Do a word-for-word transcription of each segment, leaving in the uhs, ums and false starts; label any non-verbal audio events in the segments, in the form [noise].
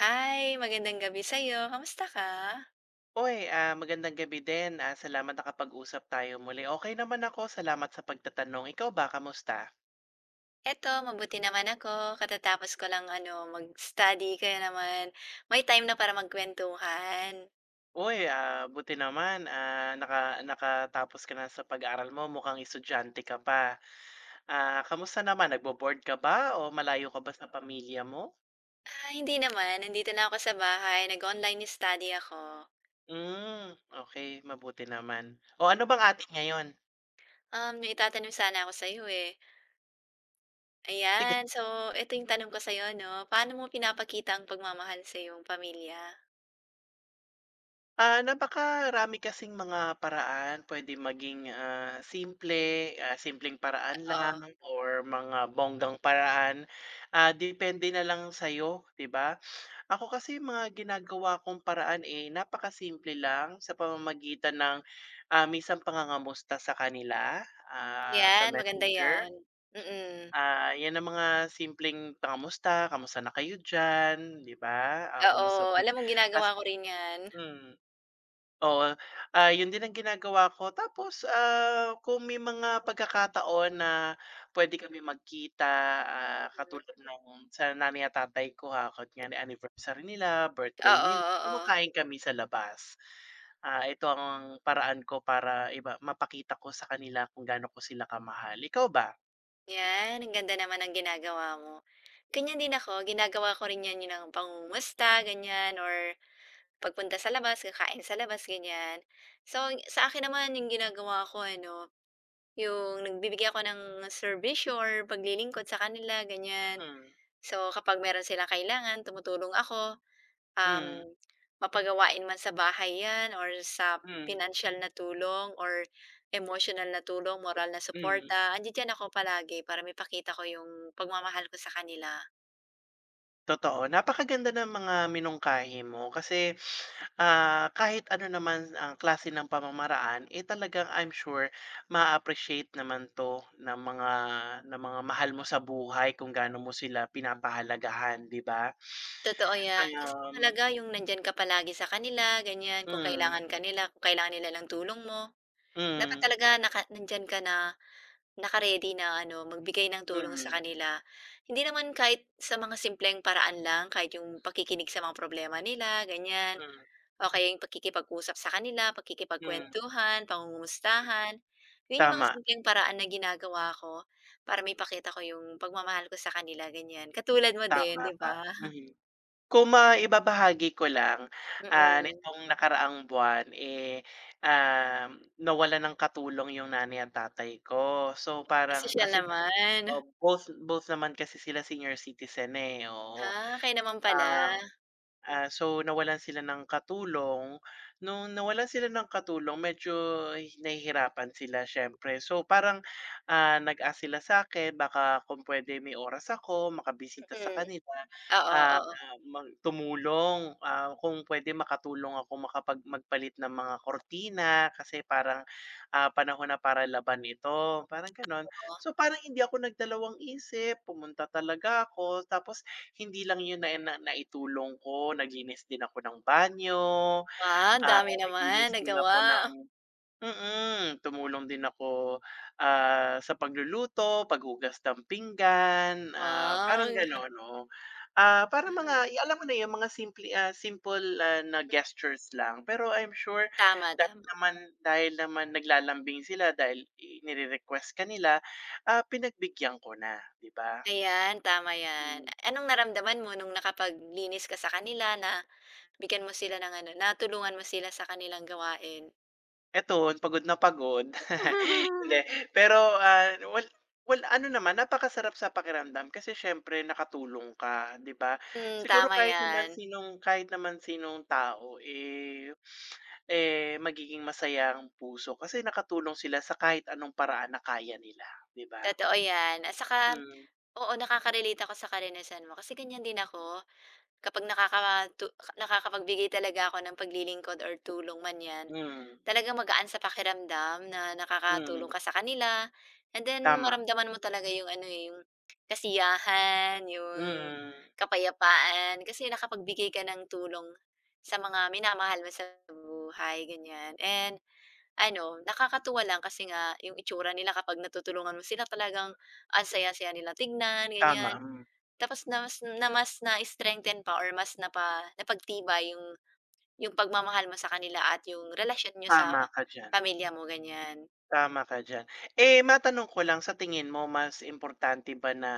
Hi, magandang gabi sa'yo. Kamusta ka? Uy, ah, magandang gabi din. Ah, salamat nakapag-usap tayo muli. Okay naman ako, salamat sa pagtatanong. Ikaw ba, kamusta? Eto, mabuti naman ako. Katatapos ko lang ano, mag-study kaya naman may time na para magkuwentuhan. Uy, ah, buti naman, ah, naka nakatapos ka na sa pag aral mo, mukhang estudyante ka pa. Ah, kamusta naman, nagbo-board ka ba o malayo ka ba sa pamilya mo? Ah, hindi naman. Nandito na ako sa bahay. Nag-online study ako. Hmm, okay, mabuti naman. O ano bang Mm, atin ngayon? Um, may itatanong sana ako sa'yo eh. Sige. Ayan, so ito yung tanong ko sa'yo, no? Paano mo pinapakita ang pagmamahal sa iyong pamilya? Ah, napakarami kasing mga paraan. Pwede maging, ah, simple, ah, simpleng paraan Oo. lang or mga bonggang paraan. Ah, depende na lang sa'yo, 'di ba? Ako kasi mga ginagawa kong paraan, eh, napakasimple lang sa pamamagitan ng, ah, minsan pangangamusta sa kanila, ah, sa 'Yan, maganda Messenger. yan. Mm-mm. Ah, 'yan ang mga simpleng pangamusta, "Kamusta na kayo diyan?" 'di ba? Ah, "Kamusta Oo, pag," alam mo tas ginagawa ko rin yan. hmm. Oo, ah, yun din ang ginagawa ko tapos, ah, kung may mga pagkakataon na puwede kami magkita, ah, Mm. katulad ng sa nanay at tatay ko, ha, kunyari anniversary nila, birthday Oo, nila, oo, oo. kumakain kami sa labas. Ah, ito ang paraan ko para iba mapakita ko sa kanila kung gaano ko sila kamahal. Ikaw ba? 'Yan, ang ganda naman ang ginagawa mo. Ganyan din ako, ginagawa ko rin 'yan, 'yun ang pangungumusta, ganyan or pagpunta sa labas, kakain sa labas, ganyan. So, ang- sa akin naman 'yung ginagawa ko ano, 'yung nagbibigay ako ng serbisyo or paglilingkod sa kanila, ganyan. Hmm. So, kapag meron silang kailangan, tumutulong ako. Hmm. Um, mapagawain man sa bahay 'yan or sa Hmm. financial na tulong or emotional na tulong, moral na Hmm. suporta, andidiyan ako palagi para maipakita ko yung pagmamahal ko sa kanila. Totoo, napakaganda ng mga minungkahi mo kasi, ah, kahit ano naman ang klase ng pamamaraan, eh, talagang I'm sure ma appreciate naman 'to ng mga ng mga mahal mo sa buhay kung gaano mo sila pinapahalagahan, 'di ba? Totoo 'yan, kasi Um, mahalaga yung nandiyan ka palagi sa kanila, ganyan, kung hmm, kailangan kanila, kung kailangan nila ng tulong mo. Dapat hmm, talaga naka nandiyan ka na, naka na ano, magbigay ng tulong sa hmm, kanila. Hindi naman kahit sa mga simpleng paraan lang, kahit yung pakikinig sa mga problema nila, ganyan. hmm, O kaya yung pakikipag-usap sa kanila, hmm, pakikipagkuwentuhan, hmm, pangungumustahan. Yun yung mga tama, simpleng paraan na ginagawa ko para maipakita ko yung pagmamahal ko sa kanila, ganyan. Katulad mo din, tama 'di ka, ba? mhm. Kung maibabahagi ko lang, ah, Mm, nitong nakaraang buwan, eh, um, nawalan ng katulong yung nanay at tatay ko. So, ang parang sosyal kasi, naman. oh, both both naman kasi sila senior citizen, eh, oo. Ah, kayo naman pala. Ah Hmm, Ah, so nawalan sila ng katulong. Nung nawalan sila ng katulong medyo hi- nahihirapan sila siyempre. So parang, ah, nag-ask sila sa'kin baka kung puwede may oras ako makabisita sa mm. kanila, Oo, ah, oo, mag tumulong, ah, kung pwede makatulong ako makapag magpalit ng mga kortina kasi parang, ah, panahon na para laban ito, parang gano'n. oo. So parang hindi ako nagdalawang isip, pumunta talaga ako tapos hindi lang 'yun na na naitulong ko, naglinis din ako ng banyo, Wow, ang ah, dami naman naglinis din nagawa. ako ng mm, tumulong din ako, ah, sa pagluluto, paghugas ng pinggan, ah, parang Wow. gano'n, oo. Ah, parang mga y- [laughs] alam mo na 'yung mga simple, ah, simple, ah, na gestures lang. Pero I'm sure Tama, dahil tama. naman dahil naman naglalambing sila dahil i nire-request ka nila, ah, pinagbigyan ko na, 'di ba? Ayan, tama 'yan. Hmm. Anong naramdaman mo nung nakapaglinis ka sa kanila na bigyan mo sila ng ano, natulungan mo sila sa kanilang gawain. Eto, pagod na pagod. [laughs] Hindi, [laughs] pero, ah, well well ano naman napakasarap sa pakiramdam kasi siyempre nakatulong ka, 'di ba? Hmm, Siguro tama kahit naman 'yan, sinong kahit naman sinong tao, eh, eh, magiging masaya ang puso kasi nakatulong sila sa kahit anong paraan na kaya nila, 'di ba? totoo 'yan at saka Mm, oo, nakaka-relate ako sa karanasan mo kasi ganyan din ako. Kapag nakakatu nakakapagbigay talaga ako ng paglilingkod or tulong man 'yan, mm, talagang magaan sa pakiramdam na nakakatulong mm, ka sa kanila and then tama, maramdaman mo talaga yung ano, eh, yung kasiyahan, yung mm, kapayapaan kasi nakapagbigay ka ng tulong sa mga minamahal mo sa buhay, ganyan. And ano, nakakatuwa lang kasi nga yung itsura nila kapag natutulungan mo sila talagang ang saya-saya nila tignan, tama, ganyan. hmm, Tapos na mas na mas na-strengthen pa or mas napa napagtibay yung yung pagmamahal mo sa kanila at yung relasyon niyo sa tama ka diyan. pamilya mo, ganyan. Tama ka diyan. Eh, matanong ko lang, sa tingin mo mas importante ba na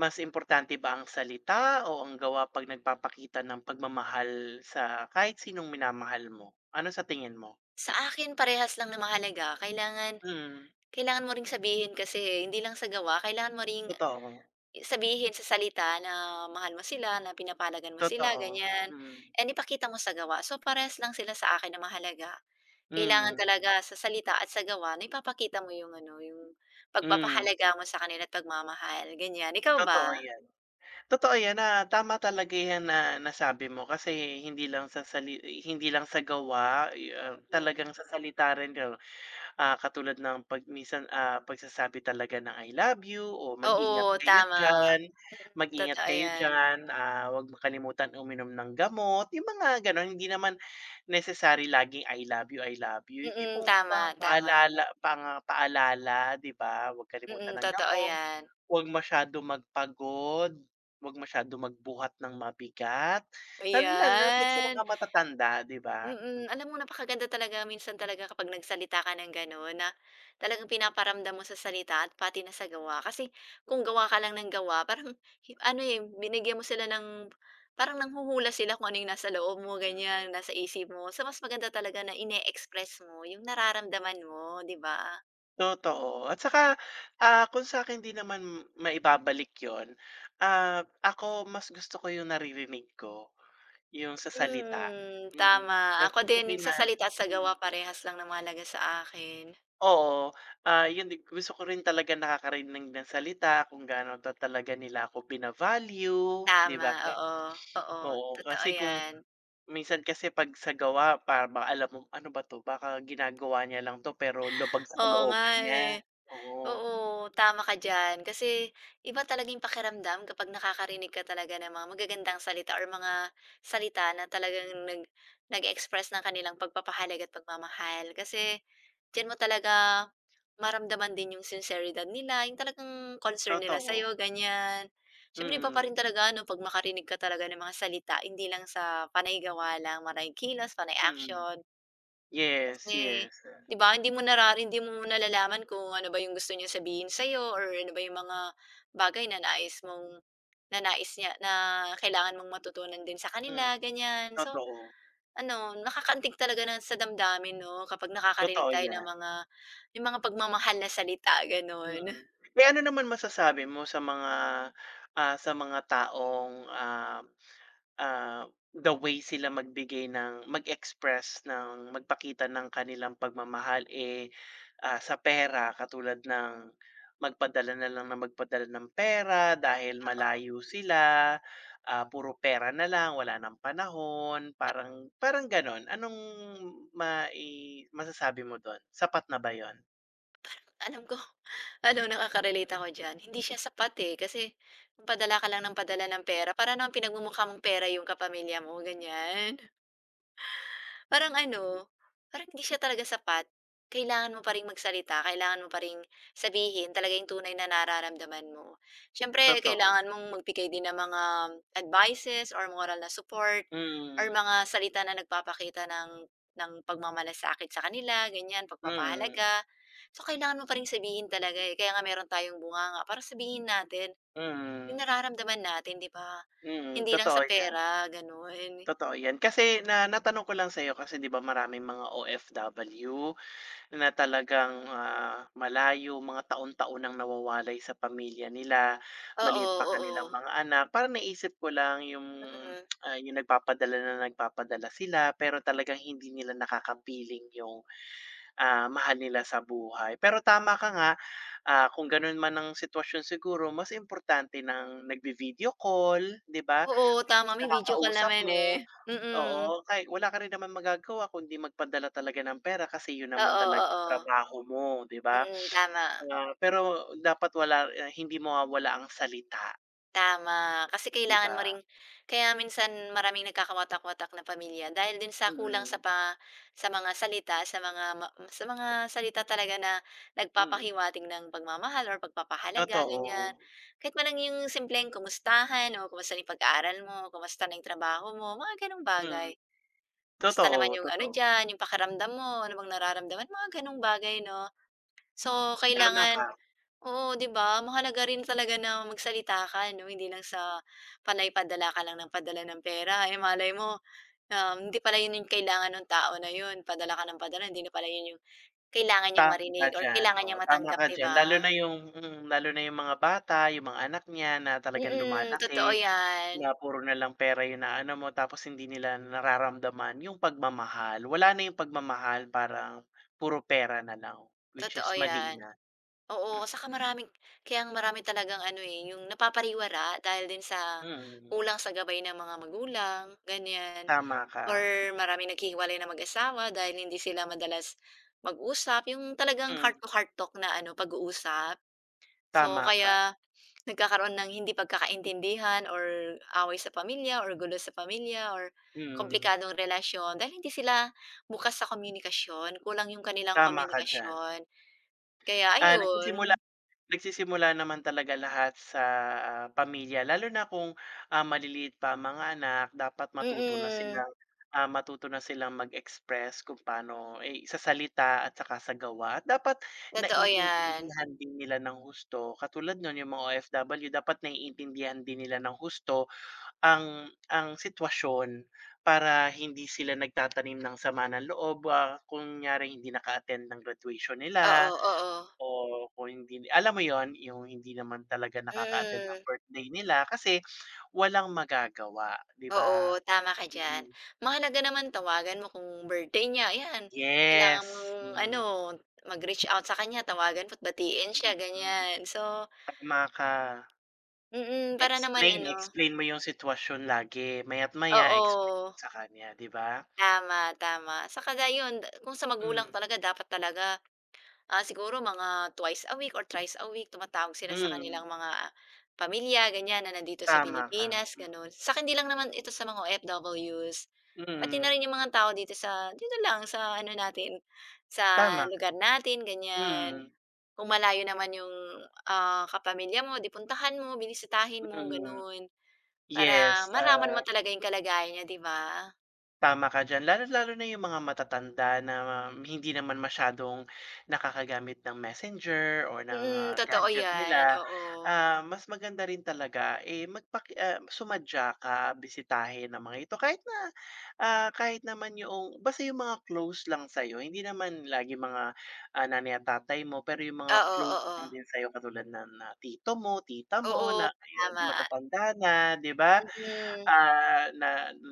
mas importante ba ang salita o ang gawa 'pag nagpapakita ng pagmamahal sa kahit sinong minamahal mo? Ano sa tingin mo? Sa akin parehas lang na mahalaga. Kailangan Mm, kailangan mo ring sabihin kasi hindi lang sa gawa, kailangan mo ring totoo, sabihin sa salita na mahal mo sila, na pinapalagan mo sila, totoo. ganyan, Mm, and ipakita mo sa gawa. So, parehas lang sila sa akin na mahalaga. Kailangan mm, talaga sa salita at sa gawa na ipapakita mo yung ano, yung mm, pagpapahalaga mo sa kanila at pagmamahal, ganyan. Ikaw totoo ba? 'yan. Totoo 'yan na tama talaga 'yan na nasabi mo kasi hindi lang sa sali hindi lang sa gawa, eh, ah, Mm. talagang sa salita rin. Ah, katulad ng 'pag minsan, ah, pagsasabi talaga ng I love you o mag-ingat Oo, kayo tama. diyan, Mm, mag-ingat totoo kayo yan. diyan, ah, huwag mo uminom ng gamot, yung mga gano'n. Hindi naman necessary laging I love you, I love you, yung Mm, tipong tama, pang tama. paalala pang paalala, 'di ba? Huwag Mm, kalimutan ng totoo gamot, 'yan. huwag masyadong magpagod, huwag masyadong magbuhat ng mabigat, lalong-lalo na lalo na 'pag sa mga Ayan, matatanda, 'di ba? mm. Alam mo napakaganda talaga minsan talaga kapag nagsalita ka ng gano'n na talagang pinaparamdam mo sa salita at pati na sa gawa. Kasi kung gawa ka lang ng gawa parang hi ano, eh, binigyan mo sila ng parang nanghuhula sila kung ano yung nasa loob mo, ganyan, Mm. nasa isip mo. So, mas maganda talaga na ine-express mo yung nararamdaman mo, 'di ba? Totoo at saka, ah, kung sa akin di naman maibabalik yon, ah, ako mas gusto ko yung naririnig ko, yung sa salita, Hmm, mm. tama. Mas Ako gusto ko din yung yung sa na salita at sa mm, gawa parehas lang na mahalaga sa akin. oo, ah, yun din gusto ko rin talaga nakakarinig ng salita kung gaano ta talaga nila ako bina-value, di Tama, ba? oo, oo, Oo, totoo kasi kung 'yan. minsan kasi 'pag sa gawa para bang alam mo, "Ano ba 'to baka ginagawa niya lang 'to pero lubag sa Oo nga, kalooban niya." eh, Oo, oo, tama ka diyan. Kasi iba talaga yung pakiramdam kapag nakakarinig ka talaga ng mga magagandang salita or mga salita na talagang nag nag express ng kanilang pagpapahalaga at pagmamahal. Kasi diyan mo talaga maramdaman din yung sinseridad nila, yung talagang concern nila sa'yo, totoo, ganiyan. Siyempre iba pa mm. rin talaga ano 'pag makarinig ka talaga ng mga salita, hindi lang sa panay gawa lang, panay kilos, panay Mm. action. Yes, Kasi, yes. ah, 'di ba, hindi mo nara hindi mo nalalaman kung ano ba yung gusto niya sabihin sa'yo or ano ba yung mga bagay na nais mong na nais niya na kailangan mong matutunan din sa Mm, kanila, ganyan. So, totoo. ano, nakakaantig talaga ng sa damdamin 'no, kapag nakakarinig Totoo tayo ng 'yan, mga yung mga pagmamahal na salita, gano'n. mm. Eh, ano naman masasabi mo sa mga, ah, sa mga taong, ah Ah, the way sila magbigay ng mag-express ng magpakita ng kanilang pagmamahal, eh, ah, sa pera katulad ng magpadala na lang ng magpadala ng pera dahil Oo, malayo sila, ah, puro pera na lang, wala ng panahon, parang parang gano'n. Anong mai masasabi mo do'n, sapat na ba 'yun? alam ko, [laughs] ano, nakaka-relate ako diyan. Hindi siya sapat, eh, kasi padala ka lang ng padala ng pera, para namang pinagmumukha mong pera yung kapamilya mo, ganyan. Parang ano, parang hindi siya talaga sapat. Kailangan mo pa Hmm, ring magsalita, kailangan mo pa ring sabihin talaga yung tunay na nararamdaman mo. Siyempre totoo. kailangan mong magbigay din ng mga advices or moral na support or Mm, mga salita na nagpapakita ng ng pagmamalasakit sa kanila, ganyan, mm, pagpapahalaga. So, kailangan mo pa ring sabihin talaga, eh, kaya nga meron tayong bunganga para sabihin natin yung mm, nararamdaman natin, 'di ba? mm, Hindi lang sa totoo 'yan. pera, gano'n. Totoo 'yan. Kasi na natanong ko lang sa'yo kasi 'di ba maraming mga O F W na talagang, ah, malayo, mga taon-taon nang nawawalay sa pamilya nila, Oo, maliit pa oo. kanilang Oo. mga anak. Parang naisip ko lang yung, Mm. Mm. ah, yung nagpapadala na nagpapadala sila pero talagang hindi nila nakakapiling yung, ah, mahal nila sa buhay. Pero tama ka nga, Ah, kung gano'n man ang sitwasyon siguro mas importante ng nagbi video call, 'di ba? Oo, tama may video call Nakakausap naman, mo, eh. oo, Mm, kay wala ka rin naman magagawa kundi magpadala talaga ng pera kasi 'yun naman oo, talaga yung oo. trabaho mo, 'di ba? Mm, tama, Ah, pero dapat wala ah, hindi mawawala ang salita, tama. Kasi 'di kailangan mo ba? ring kaya minsan maraming nagkakawatak-watak na pamilya dahil din sa kulang sa Mm, pa sa mga salita, sa mga ma sa mga salita talaga na mm. nagpapahiwatig ng pagmamahal or pagpapahalaga, ganyan. Totoo. Kahit man lang yung simpleng kumustahan o kumusta na yung pag-aaral mo, kumusta na yung trabaho mo, mga gano'ng Mm, bagay. Kumusta naman totoo, yung ano totoo. diyan, yung pakiramdam mo, ano bang nararamdaman, mga gano'ng bagay 'no. So, Tama kailangan ka. oo, 'di ba? Mahalaga rin talaga na magsalita ka 'no, hindi lang sa panay padala ka lang ng padala ng pera, eh, malay mo, um, hindi pala yun yung kailangan ng tao na yun, padala ka ng padala, hindi na pala yun yung kailangan niyang Tama ka marinig or diyan, kailangan oo, niyang tama matanggap, ka 'di diyan. Lalo ba? Na yung mm, lalo na yung mga bata, yung mga anak niya na talagang Mm, lumalaki, totoo 'yan, na puro na lang pera yung inaano mo tapos hindi nila nararamdaman yung pagmamahal. Wala na yung pagmamahal, parang puro pera na lang, which is totoo mali 'yan. na. Oo, Mm, saka maraming kaya ang marami talagang ano, eh, yung napapariwara dahil din sa mm. kulang sa gabay ng mga magulang, ganiyan. Tama ka. Or maraming naghihiwalay na mag-asawa dahil hindi sila madalas mag-usap, yung talagang Mm, heart to heart talk na ano, pag-uusap. So, tama ka. kaya nagkakaroon ng hindi pagkakaintindihan or away sa pamilya or gulo sa pamilya or Mm, komplikadong relasyon dahil hindi sila bukas sa komunikasyon, kulang yung kanilang tama ka diyan. komunikasyon. Kaya Ah, ayun, nagsisimula Nagsisimula naman talaga lahat sa, ah, pamilya lalo na kung, ah, maliliit pa ang mga anak dapat matuto na mm, silang, ah, matuto na silang mag-express kung paano, eh, sa salita at saka sa gawa at dapat totoo 'yan. naiintindihan din nila ng husto. Katulad no'n yung mga O F W dapat naiintindihan din nila ng husto ang ang sitwasyon para hindi sila nagtatanim ng sama ng loob, ah, kunyari hindi naka-attend ng graduation nila. Oo, oo, Oo, kung hindi alam mo yon yung hindi naman talaga nakaka-attend ng mm. birthday nila kasi walang magagawa, 'di ba? Oo, tama ka diyan. Mm, Mahalaga naman tawagan mo kung birthday niya, ayan. Kailangan mong yes, ano, hmm, mag-reach out sa kanya, tawagan mo't batiin siya, mm. ganyan. So Tama ka. mm, para naman Explain, ano explain mo yung sitwasyon lagi, maya't maya explain oo, mo sa kanya, 'di ba? tama, tama. Saka ga yun kung sa magulang Hmm, talaga dapat talaga ah, siguro mga twice a week or thrice a week tumatawag sila sa mm. kanilang mga pamilya ganyan na nandito sa Tama ka, Pilipinas, mm. gano'n. Sa'kin hindi lang naman ito sa mga O F Ws, pati na Mm, rin yung mga tao dito sa dito lang sa ano natin, sa tama, lugar natin ganyan. mm, Kung malayo naman yung, ah, kapamilya mo 'di puntahan mo, binisitahin mo mm. gano'n, Yes, para maraman ah mo talaga yung kalagayan niya 'di ba? Tama ka diyan, lalong-lalo na yung mga matatanda na um, hindi naman masyadong nakakagamit ng messenger or ng, Mm, ah, totoo gadget yan, nila. oo. Ah, mas maganda rin talaga, eh, magpaki ah, sumadya ka, bisitahin ang mga ito kahit na, ah, kahit naman yung basta yung mga close lang sa'yo, hindi naman lagi mga, ah, nanay at tatay mo, pero yung mga Oo, close oo. lang din sa'yo katulad ng, ah, tito mo, tita mo Oo, oo, na ayan tama, matatanda na, 'di ba? mm. Ah, na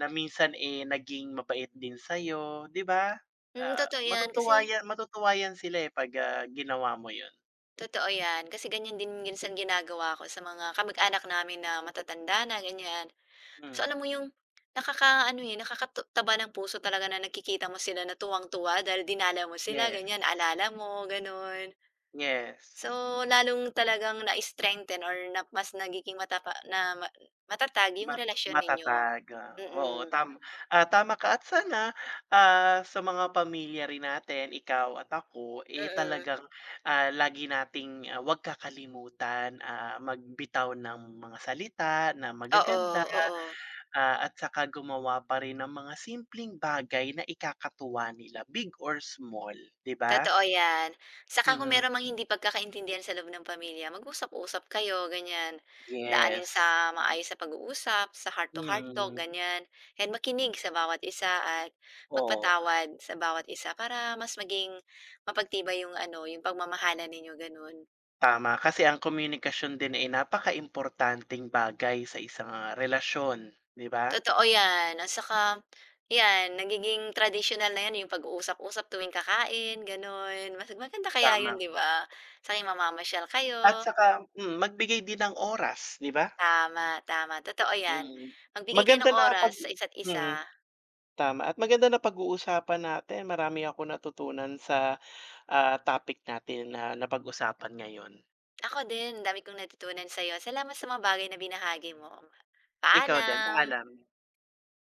na minsan, eh, naging mabait din sa'yo, 'di ba? Mm, Ah, totoo 'yan kasi matutuwa ya matutuwa 'yan sila, eh, 'pag, ah, ginawa mo 'yun. totoo 'yan kasi ganiyan din minsan ginagawa ko sa mga kamag-anak namin na matatanda na, ganiyan. So, Hmm, alam mo yung nakakaano, eh, nakakatu ng puso talaga na nakikita mo sila na tuwang-tuwa dahil dinala mo sila yes, ganiyan, alala mo, gano'n. So, yes. lalong talagang na-strengthen or na mas nagiging matapa na ma matatag yung Ma relasyon ninyo. matatag, ah, oo, Mm, tam ah, tama ka at sana, ah, sa mga pamilya rin natin, ikaw at ako, eh, mm. talagang, ah, lagi nating, ah, 'wag kakalimutan, ah, magbitaw ng mga salita na Oo, magaganda. oo. Ah, at saka gumawa pa rin ng mga simpleng bagay na ikakatuwa nila, big or small, 'di ba? Totoo 'yan. Saka kung Mm. meron mang hindi pagkakaintindihan sa loob ng pamilya, mag-usap-usap kayo ganyan. Daanin sa Yes. maayos sa pag-uusap, sa heart to heart talk, Mm. ganyan. And makinig sa bawat isa at Oo, magpatawad sa bawat isa para mas maging mapagtibay yung ano, yung pagmamahalan ninyo, gano'n. tama. Kasi ang komunikasyon din ay napakaimportanteng bagay sa isang, ah, relasyon, 'di ba? Totoo 'yan at saka 'yan, nagiging traditional na 'yan yung pag-uusap-usap tuwing kakain, gano'n. Mas maganda kaya yun, Tama. 'di ba? Saka yung mamamasyal At kayo. saka, mm, magbigay din ng oras, 'di ba? Tama, tama, totoo 'yan. Mm. Magbigay kayo Maganda ng na oras pag sa isa't isa. mm, Tama. At maganda na napag-uusapan natin. Marami akong natutunan sa, ah, topic natin na napag-usapan ngayon. Ako din, ang dami kong natutunan sa'yo. Salamat sa mga bagay na binahagi mo. Ikaw din, Paalam. paalam.